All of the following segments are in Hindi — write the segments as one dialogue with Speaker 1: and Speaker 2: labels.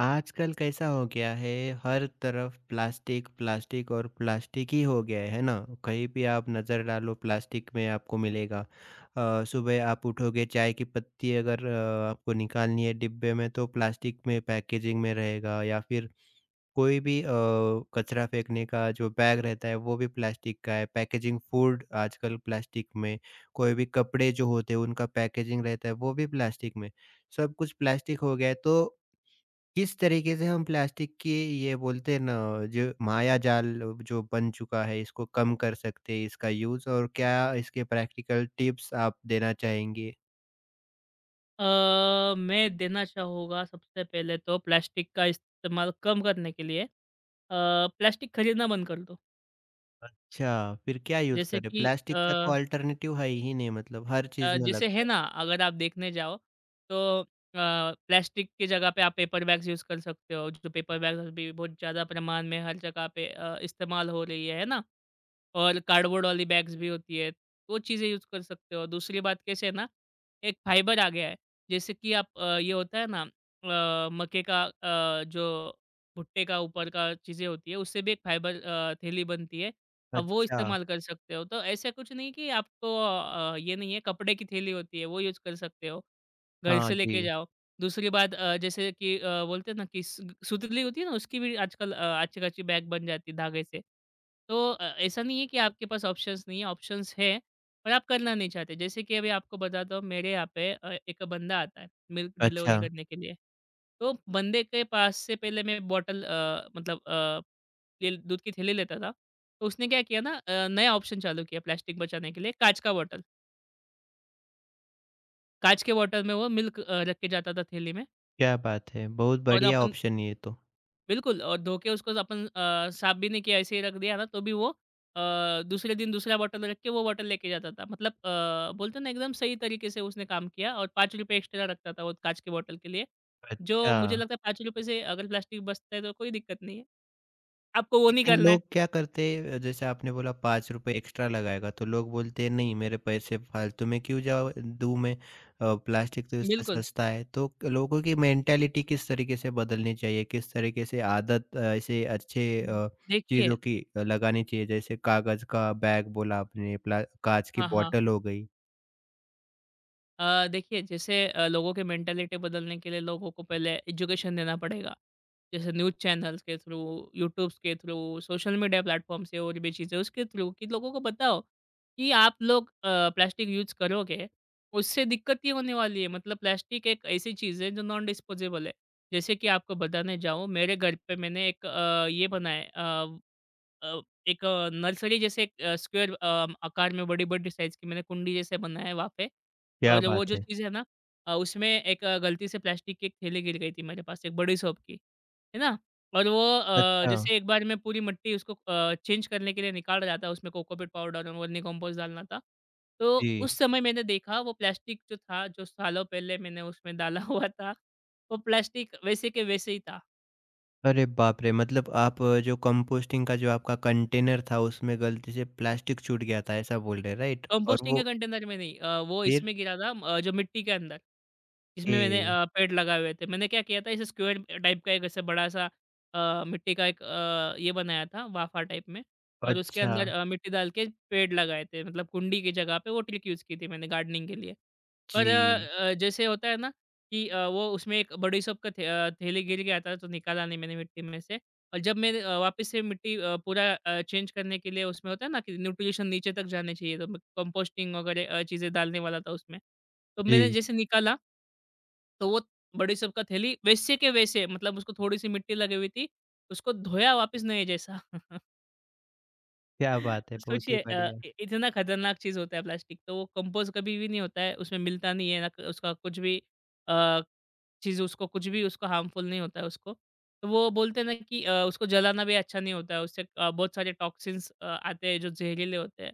Speaker 1: आजकल कैसा हो गया है। हर तरफ प्लास्टिक प्लास्टिक और प्लास्टिक ही हो गया है ना? कहीं भी आप नज़र डालो प्लास्टिक में आपको मिलेगा। सुबह आप उठोगे, चाय की पत्ती अगर आपको निकालनी है डिब्बे में तो प्लास्टिक में पैकेजिंग में रहेगा, या फिर कोई भी कचरा फेंकने का जो बैग रहता है वो भी प्लास्टिक का है। पैकेजिंग फूड आजकल प्लास्टिक में। कोई भी कपड़े जो होते हैं उनका पैकेजिंग रहता है, वो भी प्लास्टिक में। सब कुछ प्लास्टिक हो गया है। तो किस तरीके से हम प्लास्टिक की, ये बोलते हैं ना, जो माया जाल जो बन चुका है, इसको कम कर सकते हैं? इसका यूज और क्या इसके प्रैक्टिकल टिप्स आप देना चाहेंगे?
Speaker 2: मैं देना चाहूँगा सबसे पहले तो प्लास्टिक का इस्तेमाल कम करने के लिए प्लास्टिक खरीदना बंद कर दो।
Speaker 1: अच्छा, फिर क्या यूज़
Speaker 2: जैसे
Speaker 1: करें?
Speaker 2: कि
Speaker 1: प्लास्टिक का
Speaker 2: अ
Speaker 1: तो अल्टरनेटिव है ही नहीं, मतलब हर चीज़ में
Speaker 2: जैसे है
Speaker 1: लगता है।
Speaker 2: ना अगर आप देखने जाओ तो अ, प्लास्टिक की जगह पे आप पेपर बैग्स यूज़ कर सकते हो। जो पेपर बैग्स अभी बहुत ज़्यादा प्रमाण में हर जगह पे इस्तेमाल हो रही है ना? और कार्डबोर्ड वाली बैग्स भी होती है, वो चीज़ें यूज़ कर सकते हो। और दूसरी बात कैसे है ना, एक फाइबर आ गया है, जैसे कि आप ये होता है ना मक्के का जो भुट्टे का ऊपर का चीज़ें होती है, उससे भी एक फाइबर थैली बनती है, अब वो
Speaker 1: अच्छा।
Speaker 2: इस्तेमाल कर सकते हो। तो ऐसा कुछ नहीं कि आपको ये नहीं है, कपड़े की थैली होती है, वो यूज़ कर सकते हो। घर
Speaker 1: हाँ
Speaker 2: से लेके
Speaker 1: जी।
Speaker 2: जाओ। दूसरी बात जैसे कि बोलते हैं ना कि सु सुतली होती है ना, उसकी भी आजकल अच्छी-खासी बैग बन जाती है धागे से। तो ऐसा नहीं है कि आपके पास ऑप्शंस नहीं है, ऑप्शंस हैं, पर आप करना नहीं चाहते। जैसे कि अभी आपको बताता हूँ, मेरे यहाँ पे एक बंदा आता है मिल्क
Speaker 1: अच्छा,
Speaker 2: डिलीवरी करने के लिए। तो बंदे के पास से पहले मैं बॉटल अ, मतलब अ, तेल दूध की थैली लेता था। तो उसने क्या किया ना नया ऑप्शन चालू किया प्लास्टिक बचाने के लिए, काँच का बॉटल। काँच के बॉटल में वो मिल्क रख के जाता था थैली में
Speaker 1: क्या बात है! बहुत
Speaker 2: और
Speaker 1: बढ़िया
Speaker 2: अपन
Speaker 1: ऑप्शन है ये तो।
Speaker 2: बिल्कुल और धो के उसको अपन साफ भी नहीं किया, ऐसे ही रख दिया ना, तो भी वो दूसरे दिन दूसरा बॉटल रख के वो बॉटल लेके जाता था। मतलब बोलते हैं ना एकदम सही तरीके से उसने काम किया और ₹5 एक्स्ट्रा रखता था वो काँच की बॉटल के लिए, जो
Speaker 1: अच्छा।
Speaker 2: मुझे लगता है ₹5 से अगर प्लास्टिक बचता है तो कोई दिक्कत नहीं है। आपको वो नहीं
Speaker 1: लेकिन
Speaker 2: करना है।
Speaker 1: लोग क्या करते हैं, जैसे आपने बोला पाँच रुपए एक्स्ट्रा लगाएगा, तो लोग बोलते हैं नहीं, मेरे पैसे फालतू में क्यों जाओ दूँ मैं, प्लास्टिक तो इससे
Speaker 2: बिल्कुल।
Speaker 1: सस्ता है। तो क- लोगों की मेंटालिटी किस तरीके से बदलनी चाहिए, किस तरीके से आदत, ऐसे अच्छे,
Speaker 2: हम्म, देखिए
Speaker 1: चीज़ों की लगानी चाहिए? जैसे कागज़ का बैग बोला आपने, प्ला कांच की
Speaker 2: हाँ, हाँ।
Speaker 1: बॉटल हो गई।
Speaker 2: देखिए जैसे लोगों की मेंटालिटी बदलने के लिए लोगों को पहले एजुकेशन देना पड़ेगा। जैसे न्यूज़ चैनल्स के थ्रू, यूट्यूब्स के थ्रू, सोशल मीडिया प्लेटफ़ॉर्म से और भी चीज़ें उसके थ्रू कि लोगों को बताओ कि आप लोग प्लास्टिक यूज़ करोगे, उससे दिक्कत ये होने वाली है। मतलब प्लास्टिक एक ऐसी चीज़ है जो नॉन डिस्पोज़ेबल है। जैसे कि आपको बताने जाऊँ मेरे घर पे मैंने एक ये बनाया अ अ, एक नर्सरी जैसे एक स्क्वायर आकार में बड़ी-बड़ी साइज़ की मैंने कुंडी जैसे बनाया है वहाँ पे।
Speaker 1: क्या
Speaker 2: और वो
Speaker 1: बात
Speaker 2: जो
Speaker 1: है।
Speaker 2: चीज़ है ना उसमें एक गलती से प्लास्टिक की एक थैली गिर गई थी मेरे पास, एक बड़ी सोप की, है ना? और वो
Speaker 1: अच्छा।
Speaker 2: जैसे एक बार मैं पूरी मट्टी उसको चेंज करने के लिए निकाल रहा था, उसमें कोकोपीट पाउडर और वर्मी कंपोस्ट डालना था। तो
Speaker 1: जी।
Speaker 2: उस समय मैंने देखा वो प्लास्टिक जो था, जो सालों पहले मैंने उसमें डाला हुआ था, वो प्लास्टिक वैसे के वैसे ही था।
Speaker 1: अरे बाप रे! मतलब आप, जो कंपोस्टिंग का, जो आपका कंटेनर था, उसमें गलती से प्लास्टिक छूट गया था, ऐसा बोल रहे हैं, राइट? और
Speaker 2: कंपोस्टिंग के
Speaker 1: वो
Speaker 2: कंटेनर में नहीं वो
Speaker 1: फिर
Speaker 2: इसमें गिरा था जो मिट्टी के अंदर। इसमें मैंने
Speaker 1: ए,
Speaker 2: पेड़ लगाए हुए थे। मैंने क्या किया था, इसे स्क्वेयर टाइप का एक ऐसा बड़ा-सा मिट्टी का एक ये बनाया था वाफा टाइप में और उसके
Speaker 1: अच्छा,
Speaker 2: अंदर मिट्टी डाल के पेड़ लगाए थे। मतलब कुंडी की जगह पे वो ट्रिक यूज़ की थी मैंने गार्डनिंग के लिए। पर
Speaker 1: जी,
Speaker 2: जैसे होता है ना कि वो उसमें एक बड़ी शॉप का थे थैली गिर गया था तो निकाला नहीं मैंने मिट्टी में से और जब मैंने वापस से मिट्टी पूरा चेंज करने के लिए उसमें होता है ना कि न्यूट्रिशन नीचे तक जाने चाहिए तो मैं कंपोस्टिंग वगैरह चीज़ें डालने वाला था उसमें। तो मैंने
Speaker 1: जी,
Speaker 2: जैसे निकाला तो वो बड़ी सब का थैली वैसे के वैसे मतलब उसको थोड़ी-सी मिट्टी लगी हुई थी, उसको धोया वापस नए जैसा।
Speaker 1: क्या बात है,
Speaker 2: तो
Speaker 1: बहुत ही
Speaker 2: सोचिए अ,
Speaker 1: बढ़िया।
Speaker 2: इ इतना खतरनाक चीज़ होता है प्लास्टिक, तो वो कंपोस्ट कभी भी नहीं होता है, उसमें मिलता नहीं है, ना क उसका कुछ भी अ चीज़ उसको कुछ भी उसको हार्मफुल नहीं होता है उसको। तो वो बोलते हैं ना कि उसको जलाना भी अच्छा नहीं होता है, उससे बहुत सारे टॉक्सिन्स आते हैं जो ज़हरीले होते हैं।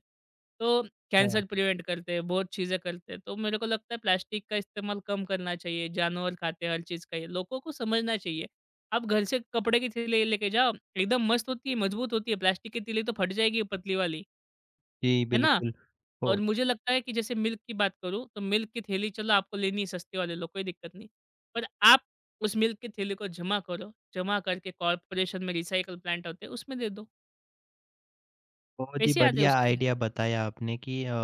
Speaker 2: तो
Speaker 1: अच्छा,
Speaker 2: कैंसर प्रिवेंट करते हैं, बहुत चीज़ें करते हैं। तो मेरे को लगता है प्लास्टिक का इस्तेमाल कम करना चाहिए, जानवर खाते हैं हर चीज़ का ये, लोगों को समझना चाहिए। आप घर से कपड़े की थैली लेके जाओ, एकदम मस्त होती है, मजबूत होती है, प्लास्टिक की थैली तो फट जाएगी पतली वाली,
Speaker 1: जी,
Speaker 2: है ना?
Speaker 1: बिल्कुल।
Speaker 2: और
Speaker 1: हो।
Speaker 2: मुझे लगता है कि जैसे मिल्क की बात करूँ, तो मिल्क की थैली चलो आपको लेनी है सस्ते वाले लो, कोई दिक्कत नहीं। पर आप उस मिल्क की थैली को जमा करो, जमा करके कॉर्पोरेशन में रिसाइकल प्लांट होते हैं, उसमें दे दो,
Speaker 1: बहुत ही
Speaker 2: पैसे आते हैं
Speaker 1: बढ़िया
Speaker 2: उसके।
Speaker 1: आइडिया बताया आपने कि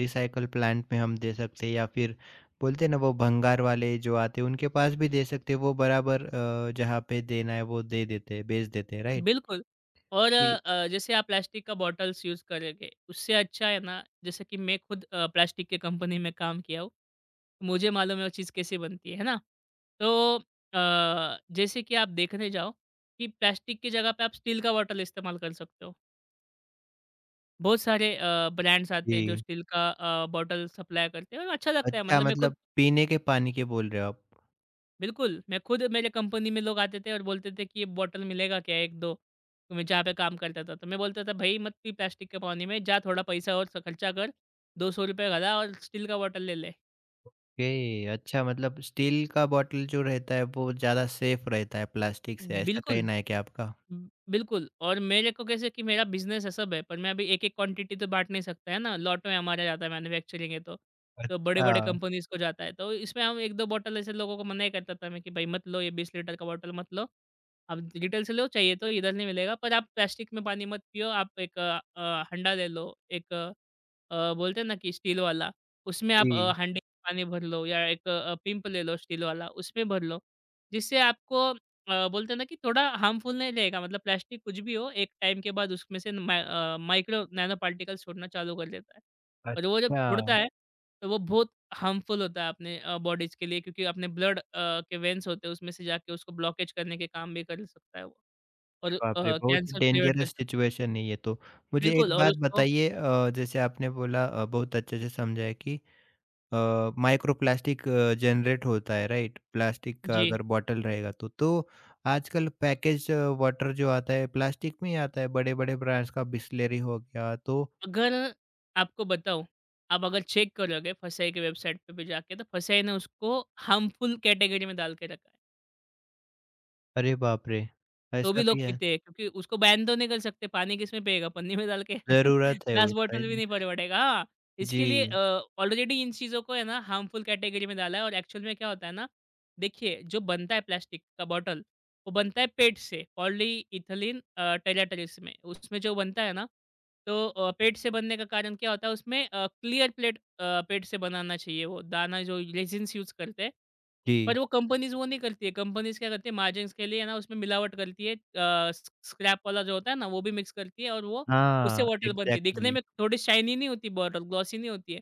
Speaker 1: रिसाइकल प्लांट में हम दे सकते हैं, या फिर बोलते हैं ना, वो भंगार वाले जो आते हैं, उनके पास भी दे सकते हैं। वो बराबर जहाँ पे देना है, वो दे देते हैं, बेच देते हैं, राइट?
Speaker 2: बिल्कुल और
Speaker 1: जी,
Speaker 2: जैसे आप प्लास्टिक का बॉटल्स यूज़ करोगे, उससे अच्छा है ना जैसे कि मैं खुद प्लास्टिक के कंपनी में काम किया हूँ, तो मुझे मालूम है वो चीज़ कैसे बनती है ना? तो जैसे कि आप देखने जाओ कि प्लास्टिक की जगह पे आप स्टील का बॉटल इस्तेमाल कर सकते हो। बहुत सारे ब्रांड्स आते हैं जो
Speaker 1: जी।
Speaker 2: स्टील का बॉटल सप्लाई करते हैं और अच्छा लगता है
Speaker 1: अच्छा,
Speaker 2: मतलब मैं खुद
Speaker 1: मतलब पीने के पानी के बोल रहे हो आप?
Speaker 2: बिल्कुल, मैं खुद मेरे कंपनी में लोग आते थे और बोलते थे कि ये बॉटल मिलेगा क्या 1-2 तो मैं जहाँ पे काम करता था। तो मैं बोलता था भई मत पी प्लास्टिक के पानी में जा थोड़ा पैसा और स खर्चा कर, ₹200 भरा और स्टील का बॉटल ले ले।
Speaker 1: ओके, अच्छा, मतलब स्टील का बॉटल जो रहता है वो ज़्यादा सेफ रहता है प्लास्टिक से, ऐसा
Speaker 2: बिल्कुल।
Speaker 1: कहना है क्या आपका?
Speaker 2: हुँ, बिल्कुल और मेरे को कैसे कि मेरा बिज़नेस है सब है, पर मैं अभी एक-एक क्वांटिटी तो बाँट नहीं सकता, है ना? लॉट में हमारा जाता है मैन्युफैक्चरिंग है तो
Speaker 1: अच्छा,
Speaker 2: बड़े-बड़े कंपनीज़ को जाता है। तो इसमें हम 1-2 बॉटल ऐसे लोगों को मना ही कर देता मैं कि, "भाई मत लो, ये 20 लीटर का बॉटल मत लो। अब डिटेल से लो, चाहिए तो इधर नहीं मिलेगा, पर आप प्लास्टिक में पानी मत पियो, आप एक हंडा ले लो, एक बोलते हैं ना कि स्टील वाला, उसमें आप
Speaker 1: जी।
Speaker 2: हंडे में पानी भर लो या एक पिंप ले लो स्टील वाला, उसमें भर लो, जिससे आपको बोलते हैं ना कि थोड़ा हार्मफुल नहीं रहेगा, मतलब प्लास्टिक कुछ भी हो, एक टाइम के बाद उसमें से माइक्रो नैनो पार्टिकल्स छोड़ना चालू कर देता है और वो जब छोड़ता
Speaker 1: अच्छा।
Speaker 2: है, तो वो बहुत हार्मफुल होता है अपने बॉडीज़ के लिए क्योंकि अपने ब्लड के वेन्स होते हैं उसमें से जाके उसको ब्लॉकेज करने के काम भी कर सकता है वो
Speaker 1: अरे
Speaker 2: और
Speaker 1: बाप रे! बहुत ही
Speaker 2: कैंसर प्रिवेंट कर
Speaker 1: डेंजरस
Speaker 2: सकता है।
Speaker 1: सिचुएशन है ये तो। मुझे एक
Speaker 2: बिल्कुल और
Speaker 1: बात
Speaker 2: उसको
Speaker 1: बताइए, जैसे आपने बोला, बहुत अच्छे से समझा है कि माइक्रो प्लास्टिक जनरेट होता है, राइट? प्लास्टिक का
Speaker 2: जी,
Speaker 1: अगर बॉटल रहेगा तो आजकल पैकेज वाटर जो आता है प्लास्टिक में ही आता है, बड़े-बड़े ब्रांड्स का बिसलेरी हो गया तो।
Speaker 2: अगर आपको बताऊँ, आप अगर चेक करोगे फसाई की वेबसाइट पे भी जाके तो फसाई ने उसको हार्मफुल कैटेगरी में डाल के रखा है।
Speaker 1: अरे बाप रे!
Speaker 2: तो भी
Speaker 1: ऐसा भी
Speaker 2: लोग
Speaker 1: है।
Speaker 2: पीते हैं क्योंकि उसको बैन तो नहीं कर सकते, पानी किसमें पिएगा पन्नी में डाल के?
Speaker 1: ज़रूरत है
Speaker 2: ग्लास
Speaker 1: उस
Speaker 2: बॉटल भी
Speaker 1: टाइम।
Speaker 2: नहीं परवड़ेगा। हाँ, इसके लिए
Speaker 1: जी,
Speaker 2: ऑलरेडी इन चीज़ों को है ना हार्मफुल कैटेगरी में डाला है और एक्चुअल में क्या होता है ना, देखिए जो बनता है प्लास्टिक का बॉटल, वो बनता है पेट से पॉलीइथिलीन टेराटरिस में। उसमें जो बनता है ना, तो पेट से बनने का कारण क्या होता है उसमें क्लियर प्लेट पेट से बनाना चाहिए वो दाना जो रेज़िन्स यूज़ करते हैं
Speaker 1: जी।
Speaker 2: पर वो कंपनीज़ वो नहीं करती है, कंपनीज़ क्या करती है मार्जिन्स के लिए ना उसमें मिलावट करती है स्क्रैप वाला जो होता है ना वो भी मिक्स करती है और वो उससे
Speaker 1: हाँ,
Speaker 2: बॉटल बनती है। दिखने
Speaker 1: एग्ज़ैक्टली।
Speaker 2: में थोड़ी शाइनी नहीं होती बॉटल, ग्लॉसी नहीं होती है।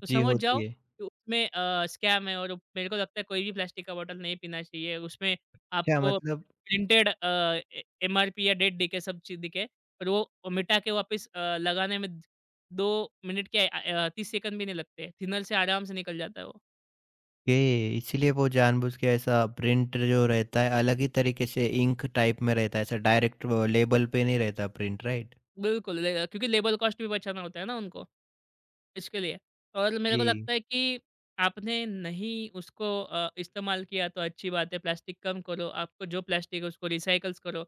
Speaker 2: तो
Speaker 1: जी,
Speaker 2: समझ जाओ
Speaker 1: होती है।
Speaker 2: कि उसमें स्कैम है और वो- मेरे को लगता है कोई भी प्लास्टिक का बॉटल नहीं पीना चाहिए। उसमें
Speaker 1: अच्छा,
Speaker 2: आपको
Speaker 1: मतलब
Speaker 2: प्रिंटेड ए एमआरपी या डेट दिखे, सब चीज़ दिखे और वो मिटा के वापस लगाने में 2 मिनट क्या 30 सेकंड भी नहीं लगते। थिनर से आराम से निकल जाता है वो।
Speaker 1: ये इसीलिए वो जानबूझ के ऐसा प्रिंट जो रहता है अलग ही तरीके से इंक टाइप में रहता है, ऐसा डायरेक्ट वो लेबल पे नहीं रहता प्रिंट, राइट?
Speaker 2: बिल्कुल, ले क्योंकि लेबर कॉस्ट भी बचाना होता है ना उनको, इसके लिए। और मेरे को
Speaker 1: जी,
Speaker 2: लगता है कि आपने नहीं उसको इस्तेमाल किया तो अच्छी बात है, प्लास्टिक कम करो, आपको जो प्लास्टिक है उसको रिसाइकल्स करो,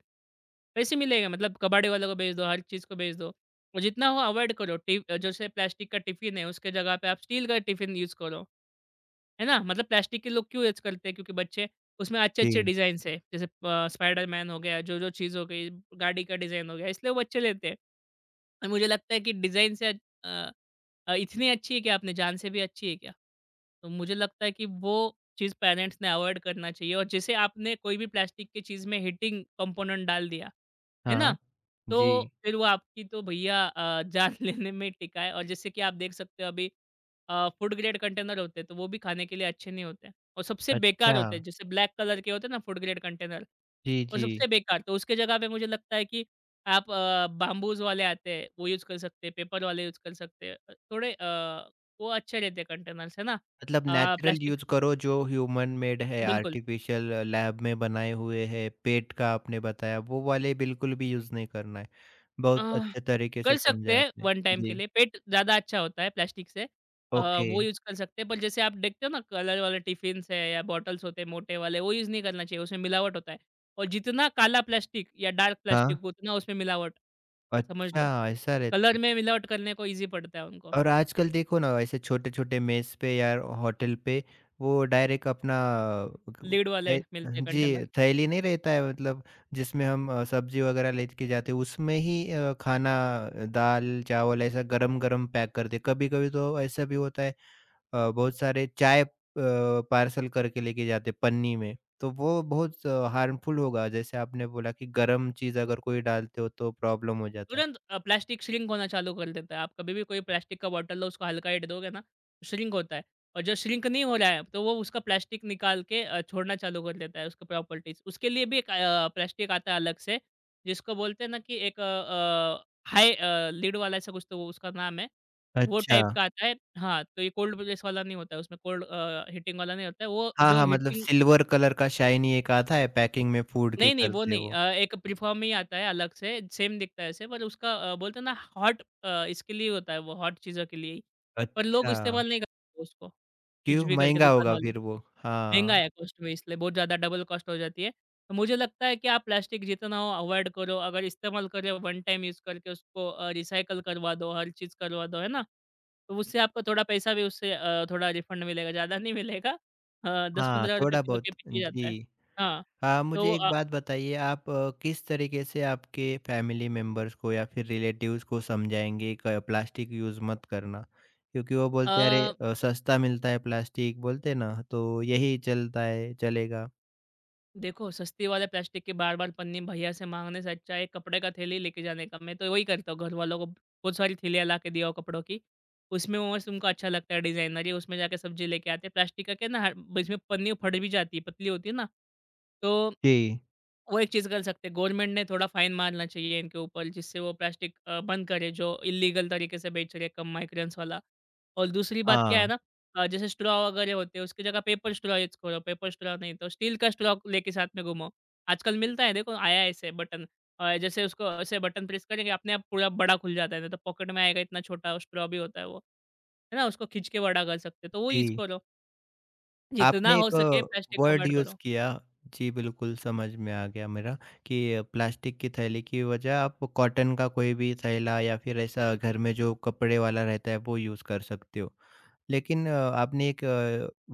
Speaker 2: पैसे मिलेगा मतलब कबाड़े वालों को बेच दो, हर चीज़ को बेच दो और जितना हो अवॉइड करो जैसे प्लास्टिक का टिफ़िन है, उसके जगह पे आप स्टील का टिफ़िन यूज़ करो, है ना? मतलब प्लास्टिक के लोग क्यों यूज़ करते हैं क्योंकि बच्चे उसमें अच्छे-अच्छे
Speaker 1: जी।
Speaker 2: डिज़ाइन्स है, जैसे स्पाइडरमैन हो गया, जो-जो चीज़ हो गई, गाड़ी का डिज़ाइन हो गया, इसलिए वो बच्चे लेते हैं। और मुझे लगता है कि डिज़ाइन से इतनी अच्छी है क्या अपने जान से भी अच्छी है क्या? तो मुझे लगता है कि वो चीज़ पेरेंट्स ने अवॉइड करना चाहिए और जैसे आपने कोई भी प्लास्टिक की चीज़ में हीटिंग कंपोनेंट डाल दिया है ना?
Speaker 1: हाँ।
Speaker 2: तो
Speaker 1: जी,
Speaker 2: फिर वो आपकी तो भैया जान लेने में टिका है और जैसे कि आप देख सकते हो अभी फूड ग्रेड कंटेनर होते हैं, तो वो भी खाने के लिए अच्छे नहीं होते और सबसे बेकार
Speaker 1: अच्छा।
Speaker 2: होते हैं। जैसे ब्लैक कलर के होते हैं ना फूड ग्रेड कंटेनर,
Speaker 1: जी,
Speaker 2: वो
Speaker 1: जी।
Speaker 2: सबसे बेकार। तो उसके जगह पे मुझे लगता है कि आप बाम्बूज़ वाले आते हैं, वो यूज़ कर सकते हैं, पेपर वाले यूज़ कर सकते हैं। थोड़े वो अच्छे रहते हैं कंटेनर्स, है ना?
Speaker 1: मतलब नेचुरल
Speaker 2: प्लास्टिक
Speaker 1: यूज़ करो, जो ह्यूमन मेड है,
Speaker 2: बिल्कुल।
Speaker 1: आर्टिफ़िशियल लैब में बनाए हुए हैं, पेट का आपने बताया, वो वाले बिल्कुल भी यूज़ नहीं करना है।
Speaker 2: अ
Speaker 1: बहुत अच्छे तरीके से
Speaker 2: कर सकते
Speaker 1: समझा
Speaker 2: हैं
Speaker 1: आपने।
Speaker 2: वन टाइम के
Speaker 1: जी,
Speaker 2: लिए, पेट ज़्यादा अच्छा होता है प्लास्टिक से।
Speaker 1: ओके।
Speaker 2: वो यूज़ कर सकते हैं, पर जैसे आप देखते हो ना कलर वाले टिफ़िन्स है या बॉटल्स होते हैं मोटे वाले, वो यूज़ नहीं करना चाहिए, उसमें मिलावट होता है। और जितना काला प्लास्टिक या डार्क
Speaker 1: हाँ,
Speaker 2: प्लास्टिक उतना उसमें मिलावट, समझ
Speaker 1: अच्छा,
Speaker 2: लो।
Speaker 1: ऐसा रहता
Speaker 2: कलर
Speaker 1: है।
Speaker 2: में मिलावट करने को ईज़ी पड़ता है उनको,
Speaker 1: और आजकल देखो ना ऐसे छोटे-छोटे मेस पे या होटल पे वो डायरेक्ट अपना क
Speaker 2: लीड वाले
Speaker 1: थै
Speaker 2: मिलते हैं
Speaker 1: जी,
Speaker 2: कंटेनर।
Speaker 1: थैली नहीं रहता है, मतलब जिसमें हम सब्ज़ी वगैरह लेके जाते हैं उसमें ही खाना, दाल, चावल ऐसा गरम-गरम पैक करते हैं। कभी-कभी तो ऐसा भी होता है, बहुत सारे चाय, पार्सल करके लेके जाते हैं पन्नी में। तो वो बहुत हार्मफुल होगा, जैसे आपने बोला कि गरम चीज़ अगर कोई डालते हो तो प्रॉब्लम हो जाता है।
Speaker 2: तुरंत प्लास्टिक श्रिंक होना चालू कर देता है। आप कभी भी कोई प्लास्टिक का बॉटल लो, उसको हल्का हिट दोगे ना, श्रिंक होता है और जो श्रिंक नहीं हो रहा है, तो वो उसका प्लास्टिक निकाल के छोड़ना चालू कर देता है उसकी प्रॉपर्टीज़। उसके लिए भी एक प्लास्टिक आता है अलग से, जिसको बोलते हैं ना कि एक हाई लिड वाला ऐसा कुछ तो वो उसका नाम है। वो
Speaker 1: अच्छा।
Speaker 2: टाइप का आता है हाँ, तो ये कोल्ड प्रेस वाला नहीं होता है, उसमें हीटिंग वाला नहीं होता है। वो
Speaker 1: हाँ,
Speaker 2: जो
Speaker 1: हाँ, मतलब
Speaker 2: हीटिंग
Speaker 1: सिल्वर कलर का शाइनी एक आता है पैकिंग में, फूड के
Speaker 2: नहीं, नहीं, वो
Speaker 1: करते
Speaker 2: नहीं।
Speaker 1: वो।
Speaker 2: एक प्रीफ़ॉर्म ही आता है अलग से, सेम दिखता है ऐसे पर उसका बोलते हैं ना इसके लिए होता है वो हॉट चीज़ों के लिए ही। पर लोग
Speaker 1: अच्छा,
Speaker 2: इस्तेमाल नहीं करते उसको, कुछ
Speaker 1: क्यों
Speaker 2: भी करके
Speaker 1: महँगा
Speaker 2: दुकान
Speaker 1: होगा
Speaker 2: वाले।
Speaker 1: फिर वो?
Speaker 2: महँगा
Speaker 1: हाँ,
Speaker 2: है कॉस्ट में इसलिए बहुत ज़्यादा डबल कॉस्ट हो जाती है। तो मुझे लगता है कि आप प्लास्टिक जितना हो अवॉइड करो, अगर इस्तेमाल करें वन टाइम यूज़ करके उसको रिसाइकल करवा दो, हर चीज़ करवा दो, है ना? तो उससे आपको थोड़ा पैसा भी उससे थोड़ा रिफंड मिलेगा, ज़्यादा नहीं मिलेगा।
Speaker 1: हाँ,
Speaker 2: ₹10-15
Speaker 1: थोड़ा
Speaker 2: किलो
Speaker 1: बहुत
Speaker 2: के पीछे जाता है।
Speaker 1: जी।
Speaker 2: हाँ,
Speaker 1: हाँ, मुझे एक
Speaker 2: तो
Speaker 1: बात बताइए, आप किस तरीके से आपके फैमिली मेंबर्स को या फिर रिलेटिव्स को समझाएँगे क प्लास्टिक यूज़ मत करना? क्योंकि वो बोलते हैं अरे,
Speaker 2: अ,
Speaker 1: सस्ता मिलता है प्लास्टिक, बोलते हैं ना, तो यही चलता है, चलेगा।
Speaker 2: देखो सस्ती वाले प्लास्टिक की बार-बार पन्नी भैया से माँगने से अच्छा है कपड़े का थैली लेके जाने का। मैं तो वही करता हूँ घर वालों को बहुत सारी थैलियाँ ला के दिया हूँ कपड़ों की। उसमें वो मस्त उनको अच्छा लगता है डिज़ाइनरी उसमें जाके सब्ज़ी लेके आते हैं। प्लास्टिक का क्या है ना हर बीच में पन्नी फट भी जाती है, पतली होती है ना। तो
Speaker 1: जी,
Speaker 2: वो एक चीज़ कर सकते हैं, गवर्नमेंट ने थोड़ा फाइन मारना चाहिए इनके ऊपर जिससे वो प्लास्टिक बंद करे जो इल्लीगल तरीके से बेच रहे हैं कम माइग्रेंस वाला। और दूसरी बात क्या है
Speaker 1: हाँ,
Speaker 2: ना जैसे स्ट्रॉ वगैरह होते हैं उसकी जगह पेपर स्ट्रॉ यूज़ करो, पेपर स्ट्रॉ नहीं तो स्टील का स्ट्रॉ लेके साथ में घूमो। आजकल मिलता है देखो आया है ऐसे बटन जैसे उसको ऐसे बटन प्रेस करेंगे अपने आप पूरा बड़ा खुल जाता है, नहीं तो पॉकेट में आएगा इतना छोटा स्ट्रॉ भी होता है वो। है ना? उसको खींच के बड़ा कर सकते हैं, तो वो
Speaker 1: जी।
Speaker 2: यूज़ करो। जितना
Speaker 1: आपने
Speaker 2: हो
Speaker 1: एक
Speaker 2: सके प्लास्टिक
Speaker 1: वर्ड
Speaker 2: अवॉइड
Speaker 1: यूज़
Speaker 2: करो।
Speaker 1: किया, जी बिल्कुल समझ में आ गया मेरा, कि प्लास्टिक की थैली की वजह आप कॉटन का कोई भी थैला या फिर ऐसा घर में जो कपड़े वाला रहता है वो यूज़ कर सकते हो। लेकिन आपने एक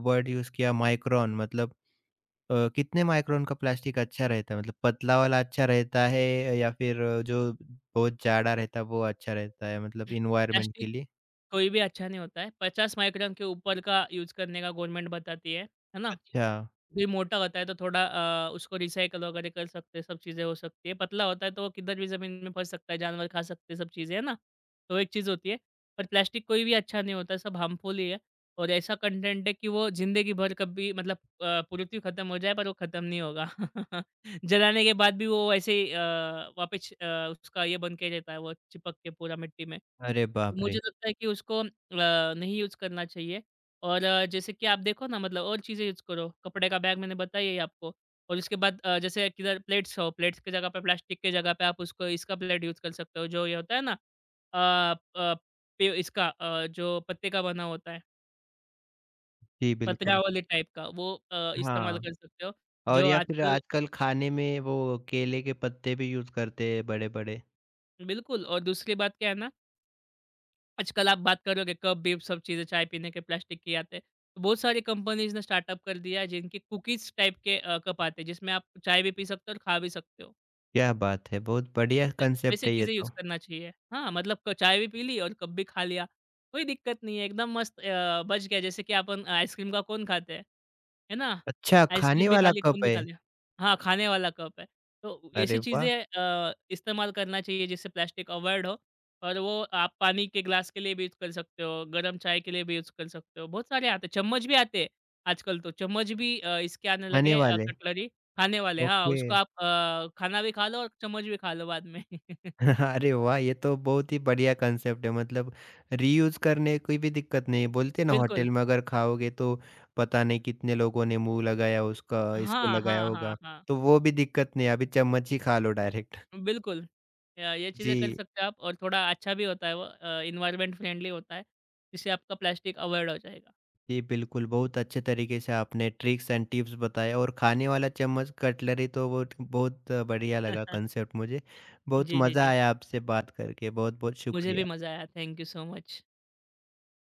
Speaker 1: वर्ड यूज़ किया, माइक्रोन, मतलब कितने माइक्रोन का प्लास्टिक अच्छा रहता है? मतलब पतला वाला अच्छा रहता है या फिर जो बहुत जाड़ा रहता है वो अच्छा रहता है, मतलब एनवायरनमेंट के
Speaker 2: प्लास्टिक
Speaker 1: लिए?
Speaker 2: कोई भी अच्छा नहीं होता है। 50 माइक्रोन के ऊपर का यूज़ करने का गवर्नमेंट बताती है ना?
Speaker 1: अच्छा,
Speaker 2: भी मोटा होता है तो थोड़ा उसको रिसाइकल वगैरह कर सकते हैं, सब चीज़ें हो सकती है। पतला होता है तो वो किधर भी ज़मीन में फँस सकता है, जानवर खा सकते हैं, सब चीज़ें, है ना? तो एक चीज़ होती है। पर प्लास्टिक कोई भी अच्छा नहीं होता, सब हार्मफुल ही है और ऐसा कंटेंट है कि वो ज़िंदगी भर कभी पृथ्वी खत्म हो जाए पर वो खत्म नहीं होगा। जलाने के बाद भी वो ऐसे ही वापस उसका ये बन के रहता है, वो चिपक के पूरा मिट्टी में।
Speaker 1: अरे
Speaker 2: तो
Speaker 1: बाप
Speaker 2: मुझे
Speaker 1: रे!
Speaker 2: लगता है कि उसको नहीं यूज़ करना चाहिए और जैसे कि आप देखो ना मतलब और चीज़ें यूज़ करो। कपड़े का बैग मैंने बताया ही आपको और उसके बाद जैसे किधर प्लेट्स हो, प्लेट्स की जगह पे प्लास्टिक की जगह पे आप उसको इसका प्लेट यूज़ कर सकते हो, जो ये होता है ना अ, अ, पे इसका जो पत्ते का बना होता है,
Speaker 1: जी बिल्कुल,
Speaker 2: पत्रावली टाइप का, वो इस्तेमाल
Speaker 1: हाँ।
Speaker 2: कर सकते हो,
Speaker 1: और
Speaker 2: जो
Speaker 1: या फिर
Speaker 2: आजकल
Speaker 1: आजकल खाने में वो केले के पत्ते भी यूज़ करते हैं बड़े-बड़े।
Speaker 2: बिल्कुल। और दूसरी बात क्या है ना आजकल आप बात करोगे कप बीप सब चीज़ें चाय पीने के प्लास्टिक के आते हैं। तो बहुत सारी कंपनीज़ ने स्टार्टअप कर दिया है जिनके कुकीज़ टाइप के कप आते हैं जिसमें आप चाय भी पी सकते हो और खा भी सकते हो।
Speaker 1: क्या बात है! बहुत बढ़िया
Speaker 2: त
Speaker 1: कंसेप्ट
Speaker 2: वैसी
Speaker 1: है ये
Speaker 2: चीज़ें यूज़
Speaker 1: तो।
Speaker 2: करना चाहिए। हाँ, मतलब क चाय भी पी ली और कप भी खा लिया, कोई दिक्कत नहीं है, एकदम मस्त बच गया जैसे कि अपन आइसक्रीम का कोन खाते हैं, है ना?
Speaker 1: अच्छा, खाने
Speaker 2: आइसक्रीम भी खा
Speaker 1: वाला
Speaker 2: ली, कोन
Speaker 1: कप
Speaker 2: भी
Speaker 1: है?
Speaker 2: खा लिया। हाँ, खाने वाला कप है, तो ऐसी
Speaker 1: अरे वाह!
Speaker 2: चीज़ें इस्तेमाल करना चाहिए जिससे प्लास्टिक अवॉइड हो और वो आप पानी के ग्लास के लिए भी यूज़ कर सकते हो, गरम चाय के लिए भी यूज़ कर सकते हो, बहुत सारे आते हैं, चम्मच भी आते हैं आजकल तो, चम्मच भी इसके आने
Speaker 1: खाने
Speaker 2: लगे
Speaker 1: वाले,
Speaker 2: कटलरी। खाने वाले, हाँ,
Speaker 1: ओके।
Speaker 2: उसको आप खाना भी खा लो और चम्मच भी खा लो बाद में।
Speaker 1: अरे वाह! ये तो बहुत ही बढ़िया कंसेप्ट है, मतलब रीयूज़ करने की भी दिक्कत नहीं है। बोलते हैं ना
Speaker 2: बिल्कुल।
Speaker 1: होटल में अगर खाओगे तो पता नहीं कितने लोगों ने मुँह लगाया उसका, इसको
Speaker 2: हाँ,
Speaker 1: लगाया
Speaker 2: हाँ, हाँ,
Speaker 1: होगा।
Speaker 2: हाँ।
Speaker 1: तो वो भी दिक्कत नहीं है, अभी चम्मच ही खा लो डायरेक्ट।
Speaker 2: बिल्कुल। ये चीज़ें कर
Speaker 1: जी।
Speaker 2: सकते हो आप और थोड़ा अच्छा भी होता है वो एनवायरनमेंट फ्रेंडली होता है, जिससे आपका प्लास्टिक अवॉइड हो जाएगा।
Speaker 1: जी, बिल्कुल, बहुत अच्छे तरीके से आपने ट्रिक्स एंड टिप्स बताए, और खाने वाला चम्मच कटलरी तो वो बहुत बढ़िया लगा कॉन्सेप्ट मुझे। बहुत
Speaker 2: जी, जी,
Speaker 1: मज़ा
Speaker 2: जी।
Speaker 1: आया आपसे बात करके, बहुत-बहुत
Speaker 2: मुझे भी
Speaker 1: शुक्रिया।
Speaker 2: मज़ा आया, थैंक यू सो मच।